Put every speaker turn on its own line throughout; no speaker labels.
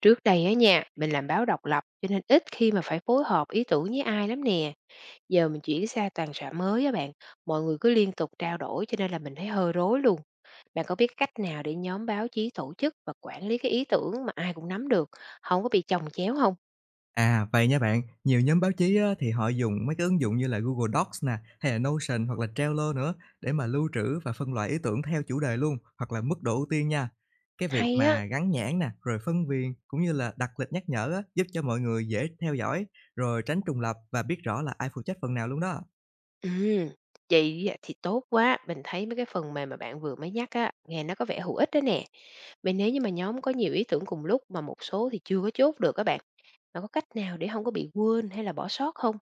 Trước đây á nha, mình làm báo độc lập cho nên ít khi mà phải phối hợp ý tưởng với ai lắm nè. Giờ mình chuyển sang toàn xã mới á bạn, mọi người cứ liên tục trao đổi cho nên là mình thấy hơi rối luôn. Bạn có biết cách nào để nhóm báo chí tổ chức và quản lý cái ý tưởng mà ai cũng nắm được, không có bị chồng chéo không?
À, vậy nha bạn, nhiều nhóm báo chí á, thì họ dùng mấy cái ứng dụng như là Google Docs nè, hay là Notion hoặc là Trello nữa để mà lưu trữ và phân loại ý tưởng theo chủ đề luôn, hoặc là mức độ ưu tiên nha. Cái việc
Hay á.
mà gắn nhãn nè, rồi phân viên cũng như là đặt lịch nhắc nhở á, giúp cho mọi người dễ theo dõi, rồi tránh trùng lập và biết rõ là ai phụ trách phần nào luôn đó.
Ừ, vậy á thì tốt quá. Mình thấy mấy cái phần mềm mà bạn vừa mới nhắc á, nghe nó có vẻ hữu ích đó nè. Vậy nếu như mà nhóm có nhiều ý tưởng cùng lúc mà một số thì chưa có chốt được các bạn. Bạn có cách nào để không có bị quên hay là bỏ sót không?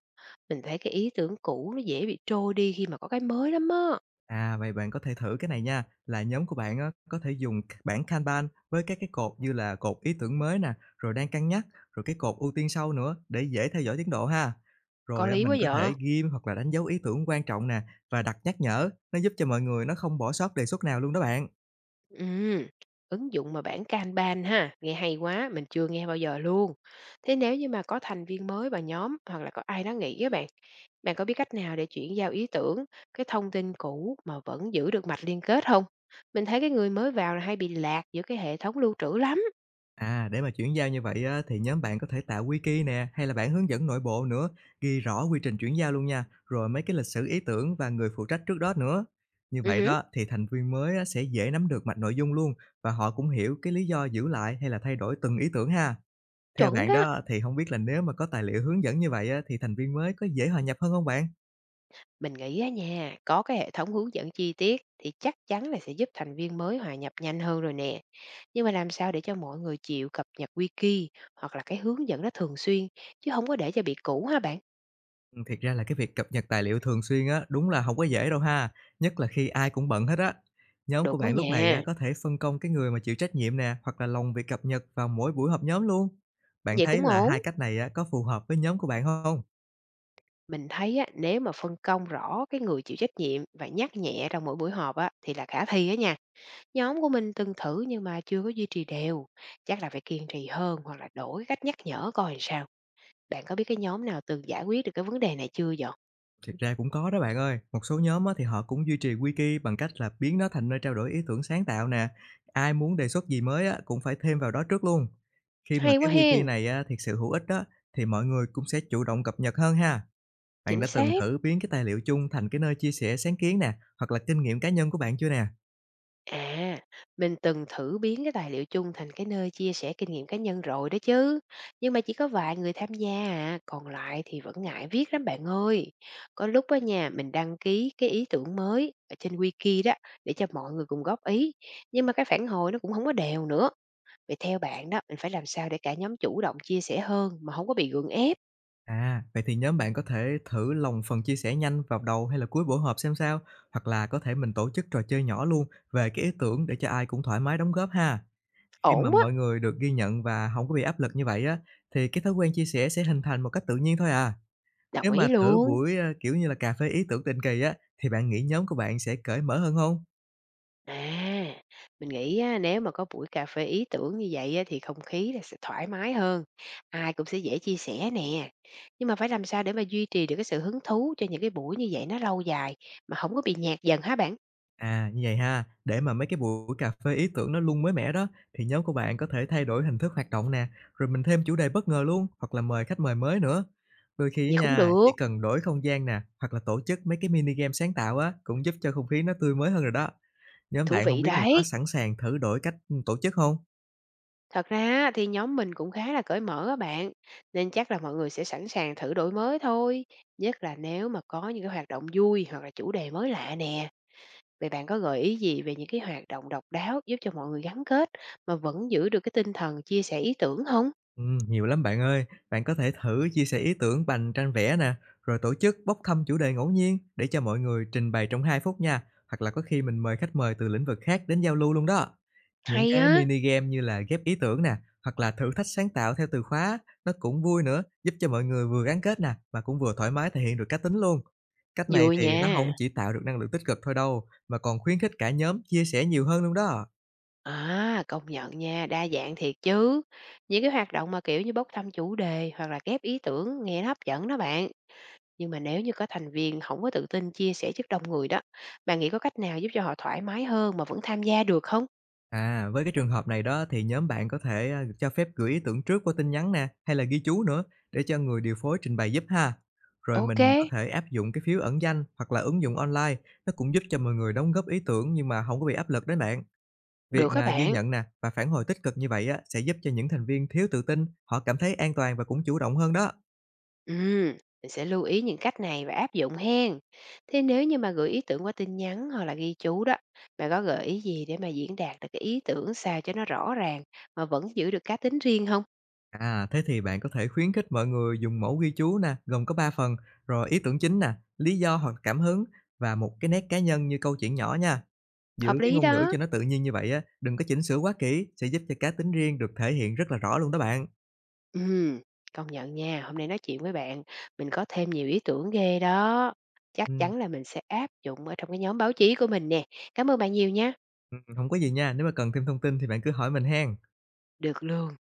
Mình thấy cái ý tưởng cũ nó dễ bị trôi đi khi mà có cái mới lắm á.
À, vậy bạn có thể thử cái này nha, là nhóm của bạn á, có thể dùng bảng Kanban với các cái cột như là cột ý tưởng mới nè, rồi đang cân nhắc, rồi cái cột ưu tiên sau nữa để dễ theo dõi tiến độ ha.
Có
Rồi á,
lý quá
mình có
vậy.
thể ghim hoặc là đánh dấu ý tưởng quan trọng nè và đặt nhắc nhở, nó giúp cho mọi người nó không bỏ sót đề xuất nào luôn đó bạn.
Ừm, ứng dụng mà bảng Kanban ha, nghe hay quá, mình chưa nghe bao giờ luôn. Thế nếu như mà có thành viên mới vào nhóm hoặc là có ai đó nghỉ á bạn, bạn có biết cách nào để chuyển giao ý tưởng, cái thông tin cũ mà vẫn giữ được mạch liên kết không? Mình thấy cái người mới vào là hay bị lạc giữa cái hệ thống lưu trữ lắm.
À, để mà chuyển giao như vậy á, thì nhóm bạn có thể tạo wiki nè, hay là bản hướng dẫn nội bộ nữa, ghi rõ quy trình chuyển giao luôn nha, rồi mấy cái lịch sử ý tưởng và người phụ trách trước đó nữa. Như vậy
Hứm,
đó thì thành viên mới á, sẽ dễ nắm được mạch nội dung luôn và họ cũng hiểu cái lý do giữ lại hay là thay đổi từng ý tưởng ha. Theo
chuẩn
bạn
đó.
đó thì không biết là nếu mà có tài liệu hướng dẫn như vậy á, thì thành viên mới có dễ hòa nhập hơn không bạn?
Mình nghĩ á nha, có cái hệ thống hướng dẫn chi tiết thì chắc chắn là sẽ giúp thành viên mới hòa nhập nhanh hơn rồi nè. Nhưng mà làm sao để cho mọi người chịu cập nhật wiki hoặc là cái hướng dẫn đó thường xuyên chứ không có để cho bị cũ ha bạn.
Thiệt ra là cái việc cập nhật tài liệu thường xuyên á, đúng là không có dễ đâu ha, nhất là khi ai cũng bận hết á. Nhóm của
Đúng đó
bạn lúc này á,
nha.
có thể phân công cái người mà chịu trách nhiệm nè, hoặc là lồng việc cập nhật vào mỗi buổi họp nhóm luôn. Bạn
Vậy
thấy
cũng
là
ổn.
hai cách này á, có phù hợp với nhóm của bạn không?
Mình thấy á, nếu mà phân công rõ cái người chịu trách nhiệm và nhắc nhẹ trong mỗi buổi họp á, thì là khả thi á nha. Nhóm của mình từng thử nhưng mà chưa có duy trì đều. Chắc là phải kiên trì hơn hoặc là đổi cách nhắc nhở coi làm sao. Bạn có biết cái nhóm nào từng giải quyết được cái vấn đề này chưa vậy?
Thực ra cũng có đó bạn ơi, một số nhóm á, thì họ cũng duy trì wiki bằng cách là biến nó thành nơi trao đổi ý tưởng sáng tạo nè, ai muốn đề xuất gì mới á, cũng phải thêm vào đó trước luôn. Khi mà
Hay
cái
quá
wiki
hen!
này á, thiệt sự hữu ích đó thì mọi người cũng sẽ chủ động cập nhật hơn ha. Bạn
Chính
đã từng
xác.
thử biến cái tài liệu chung thành cái nơi chia sẻ sáng kiến nè, hoặc là kinh nghiệm cá nhân của bạn chưa nè?
À, mình từng thử biến cái tài liệu chung thành cái nơi chia sẻ kinh nghiệm cá nhân rồi đó chứ. Nhưng mà chỉ có vài người tham gia à, còn lại thì vẫn ngại viết lắm bạn ơi. Có lúc á nhà mình đăng ký cái ý tưởng mới ở trên wiki đó để cho mọi người cùng góp ý, nhưng mà cái phản hồi nó cũng không có đều nữa. Vậy theo bạn đó, mình phải làm sao để cả nhóm chủ động chia sẻ hơn mà không có bị gượng ép?
À, vậy thì nhóm bạn có thể thử lồng phần chia sẻ nhanh vào đầu hay là cuối buổi họp xem sao, hoặc là có thể mình tổ chức trò chơi nhỏ luôn về cái ý tưởng để cho ai cũng thoải mái đóng góp ha. Khi
Ổn
mà
quá,
mọi người được ghi nhận và không có bị áp lực như vậy á, thì cái thói quen chia sẻ sẽ hình thành một cách tự nhiên thôi à. Nếu
đồng
mà
ý
thử
luôn.
buổi, kiểu như là cà phê ý tưởng định kỳ á, thì bạn nghĩ nhóm của bạn sẽ cởi mở hơn không?
À, mình nghĩ á, nếu mà có buổi cà phê ý tưởng như vậy á, thì không khí là sẽ thoải mái hơn, ai cũng sẽ dễ chia sẻ nè. Nhưng mà phải làm sao để mà duy trì được cái sự hứng thú cho những cái buổi như vậy nó lâu dài mà không có bị nhạt dần hả bạn?
À, như vậy ha, để mà mấy cái buổi cà phê ý tưởng nó luôn mới mẻ đó, thì nhóm của bạn có thể thay đổi hình thức hoạt động nè, rồi mình thêm chủ đề bất ngờ luôn, hoặc là mời khách mời mới nữa. Đôi khi á
Vậy cũng
nha, chỉ
được,
cần đổi không gian nè, hoặc là tổ chức mấy cái mini game sáng tạo á, cũng giúp cho không khí nó tươi mới hơn rồi đó. Nhóm
thú
bạn không
vị
biết là có
đấy.
sẵn sàng thử đổi cách tổ chức không?
Thật ra á, thì nhóm mình cũng khá là cởi mở á bạn, nên chắc là mọi người sẽ sẵn sàng thử đổi mới thôi, nhất là nếu mà có những cái hoạt động vui hoặc là chủ đề mới lạ nè. Vậy bạn có gợi ý gì về những cái hoạt động độc đáo giúp cho mọi người gắn kết mà vẫn giữ được cái tinh thần chia sẻ ý tưởng không?
Nhiều lắm bạn ơi. Bạn có thể thử chia sẻ ý tưởng bằng tranh vẽ nè, rồi tổ chức bốc thăm chủ đề ngẫu nhiên để cho mọi người trình bày trong 2 phút nha, hoặc là có khi mình mời khách mời từ lĩnh vực khác đến giao lưu luôn đó. Những
Hay
cái
á,
mini game như là ghép ý tưởng nè, hoặc là thử thách sáng tạo theo từ khóa, nó cũng vui nữa, giúp cho mọi người vừa gắn kết nè, mà cũng vừa thoải mái thể hiện được cá tính luôn. Cách này
vui
thì nó
nha.
không chỉ tạo được năng lượng tích cực thôi đâu, mà còn khuyến khích cả nhóm chia sẻ nhiều hơn luôn đó.
À, công nhận nha, đa dạng thiệt chứ. Những cái hoạt động mà, bốc thăm chủ đề hoặc là ghép ý tưởng nghe nó hấp dẫn đó bạn. Nhưng mà nếu như có thành viên không có tự tin chia sẻ trước đông người đó, bạn nghĩ có cách nào giúp cho họ thoải mái hơn mà vẫn tham gia được không?
À, với cái trường hợp này đó thì nhóm bạn có thể, cho phép gửi ý tưởng trước qua tin nhắn nè, hay là ghi chú nữa để cho người điều phối trình bày giúp ha. Rồi
Ok,
mình có thể áp dụng cái phiếu ẩn danh hoặc là ứng dụng online, nó cũng giúp cho mọi người đóng góp ý tưởng nhưng mà không có bị áp lực đấy bạn. Việc
được các
mà ghi
bạn.
nhận nè và phản hồi tích cực như vậy á, sẽ giúp cho những thành viên thiếu tự tin, họ cảm thấy an toàn và cũng chủ động hơn đó.
Ừm, mình sẽ lưu ý những cách này và áp dụng hen. Thế nếu như mà gửi ý tưởng qua tin nhắn hoặc là ghi chú đó, bạn có gợi ý gì để mà diễn đạt được cái ý tưởng sao cho nó rõ ràng mà vẫn giữ được cá tính riêng không?
À, thế thì bạn có thể khuyến khích mọi người dùng mẫu ghi chú nè, gồm có 3 phần, rồi ý tưởng chính nè, lý do hoặc cảm hứng và một cái nét cá nhân như câu chuyện nhỏ nha. Giữ
Hợp
cái
lý
ngôn ngữ
đó.
cho nó tự nhiên như vậy á, đừng có chỉnh sửa quá kỹ, sẽ giúp cho cá tính riêng được thể hiện rất là rõ luôn đó bạn.
Ừm, công nhận nha, hôm nay nói chuyện với bạn, mình có thêm nhiều ý tưởng ghê đó. Chắc
Ừm,
chắn là mình sẽ áp dụng ở trong cái nhóm báo chí của mình nè. Cảm ơn bạn nhiều nha.
Hổng có gì nha, nếu mà cần thêm thông tin thì bạn cứ hỏi mình hen.
Được luôn.